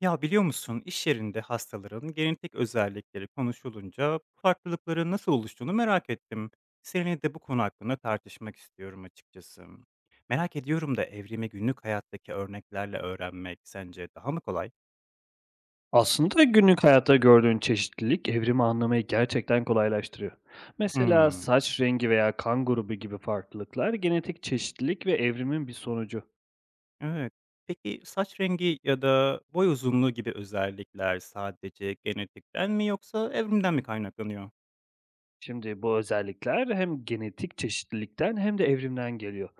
Ya biliyor musun iş yerinde hastaların genetik özellikleri konuşulunca bu farklılıkların nasıl oluştuğunu merak ettim. Seninle de bu konu hakkında tartışmak istiyorum açıkçası. Merak ediyorum da evrimi günlük hayattaki örneklerle öğrenmek sence daha mı kolay? Aslında günlük hayatta gördüğün çeşitlilik evrimi anlamayı gerçekten kolaylaştırıyor. Mesela Hmm, saç rengi veya kan grubu gibi farklılıklar genetik çeşitlilik ve evrimin bir sonucu. evet. Peki saç rengi ya da boy uzunluğu gibi özellikler sadece genetikten mi yoksa evrimden mi kaynaklanıyor? Şimdi bu özellikler hem genetik çeşitlilikten hem de evrimden geliyor.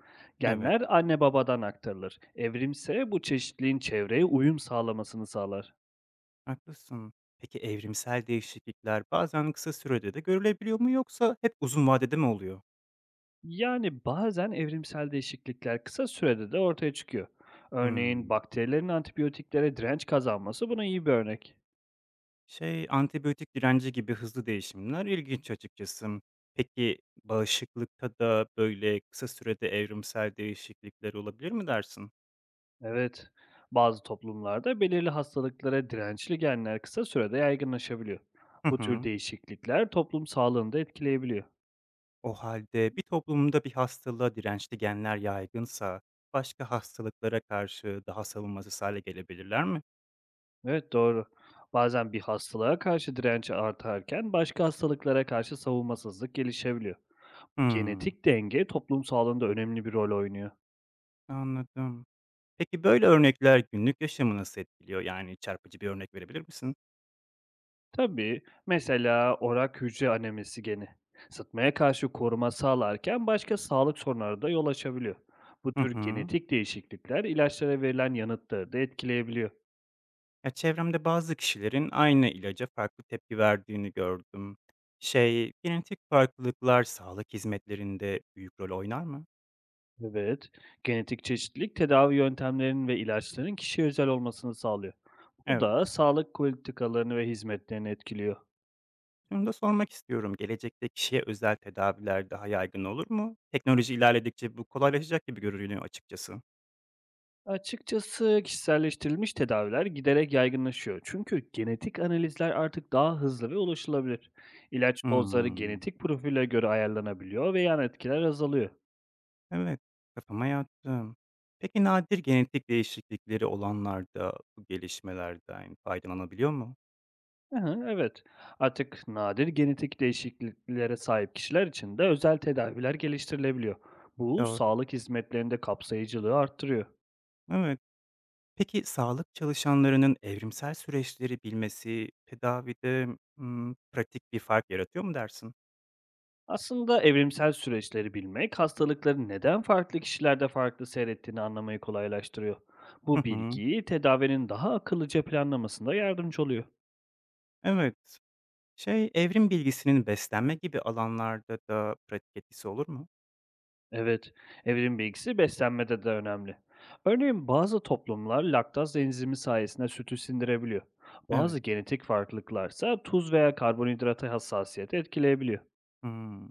Evet. Genler anne babadan aktarılır. Evrimse bu çeşitliliğin çevreye uyum sağlamasını sağlar. Haklısın. Peki evrimsel değişiklikler bazen kısa sürede de görülebiliyor mu yoksa hep uzun vadede mi oluyor? Yani bazen evrimsel değişiklikler kısa sürede de ortaya çıkıyor. Örneğin Hmm. bakterilerin antibiyotiklere direnç kazanması buna iyi bir örnek. Şey antibiyotik direnci gibi hızlı değişimler ilginç açıkçası. Peki bağışıklıkta da böyle kısa sürede evrimsel değişiklikler olabilir mi dersin? Evet. Bazı toplumlarda belirli hastalıklara dirençli genler kısa sürede yaygınlaşabiliyor. Hı Bu tür hı. değişiklikler toplum sağlığını da etkileyebiliyor. O halde bir toplumda bir hastalığa dirençli genler yaygınsa başka hastalıklara karşı daha savunmasız hale gelebilirler mi? Evet doğru. Bazen bir hastalığa karşı direnç artarken başka hastalıklara karşı savunmasızlık gelişebiliyor. Bu Hmm. genetik denge toplum sağlığında önemli bir rol oynuyor. Anladım. Peki böyle örnekler günlük yaşamı nasıl etkiliyor? Yani çarpıcı bir örnek verebilir misin? Tabii, mesela orak hücre anemisi geni, sıtmaya karşı koruma sağlarken başka sağlık sorunları da yol açabiliyor. Bu Hı tür hı. genetik değişiklikler ilaçlara verilen yanıtları da etkileyebiliyor. Ya çevremde bazı kişilerin aynı ilaca farklı tepki verdiğini gördüm. Şey, genetik farklılıklar sağlık hizmetlerinde büyük rol oynar mı? Evet, genetik çeşitlilik tedavi yöntemlerinin ve ilaçların kişiye özel olmasını sağlıyor. Bu Evet. da sağlık politikalarını ve hizmetlerini etkiliyor. Şunu da sormak istiyorum. Gelecekte kişiye özel tedaviler daha yaygın olur mu? Teknoloji ilerledikçe bu kolaylaşacak gibi görünüyor açıkçası. Açıkçası kişiselleştirilmiş tedaviler giderek yaygınlaşıyor. Çünkü genetik analizler artık daha hızlı ve ulaşılabilir. İlaç dozları Hmm. genetik profile göre ayarlanabiliyor ve yan etkiler azalıyor. Evet, kafama yattı. Peki nadir genetik değişiklikleri olanlarda bu gelişmelerden faydalanabiliyor mu? Aha, evet. Artık nadir genetik değişikliklere sahip kişiler için de özel tedaviler geliştirilebiliyor. Bu Doğru. sağlık hizmetlerinde kapsayıcılığı arttırıyor. Evet. Peki sağlık çalışanlarının evrimsel süreçleri bilmesi tedavide pratik bir fark yaratıyor mu dersin? Aslında evrimsel süreçleri bilmek, hastalıkların neden farklı kişilerde farklı seyrettiğini anlamayı kolaylaştırıyor. Bu Hı hı. bilgi tedavinin daha akıllıca planlamasında yardımcı oluyor. Evet. Şey, evrim bilgisinin beslenme gibi alanlarda da pratik etkisi olur mu? Evet, evrim bilgisi beslenmede de önemli. Örneğin bazı toplumlar laktaz enzimi sayesinde sütü sindirebiliyor. Bazı Evet. genetik farklılıklarsa tuz veya karbonhidrata hassasiyeti etkileyebiliyor. Hmm.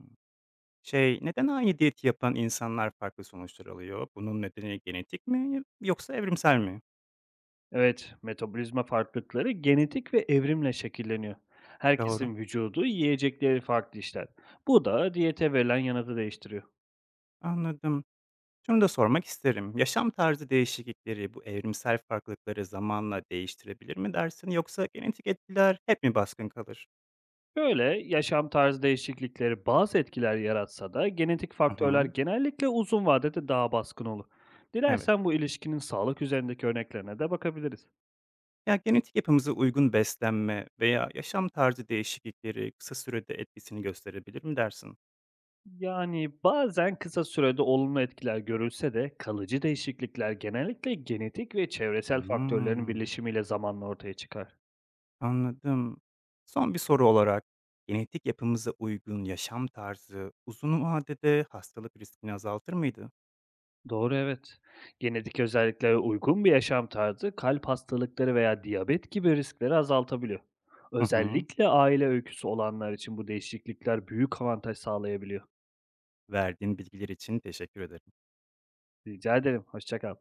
Şey, neden aynı diyeti yapan insanlar farklı sonuçlar alıyor? Bunun nedeni genetik mi yoksa evrimsel mi? Evet, metabolizma farklılıkları genetik ve evrimle şekilleniyor. Doğru, Herkesin vücudu yiyecekleri farklı işler. Bu da diyete verilen yanıtı değiştiriyor. anladım. Şunu da sormak isterim. Yaşam tarzı değişiklikleri bu evrimsel farklılıkları zamanla değiştirebilir mi dersin yoksa genetik etkiler hep mi baskın kalır? Böyle yaşam tarzı değişiklikleri bazı etkiler yaratsa da genetik Hı hı, faktörler genellikle uzun vadede daha baskın olur. evet. Dilersen bu ilişkinin sağlık üzerindeki örneklerine de bakabiliriz. Ya genetik yapımıza uygun beslenme veya yaşam tarzı değişiklikleri kısa sürede etkisini gösterebilir mi dersin? Yani bazen kısa sürede olumlu etkiler görülse de kalıcı değişiklikler genellikle genetik ve çevresel faktörlerin Hmm, birleşimiyle zamanla ortaya çıkar. anladım. Son bir soru olarak genetik yapımıza uygun yaşam tarzı uzun vadede hastalık riskini azaltır mıydı? Doğru, evet. Genetik özelliklere uygun bir yaşam tarzı kalp hastalıkları veya diyabet gibi riskleri azaltabiliyor. Hı hı. Özellikle aile öyküsü olanlar için bu değişiklikler büyük avantaj sağlayabiliyor. Verdiğin bilgiler için teşekkür ederim. Rica ederim. Hoşça kal.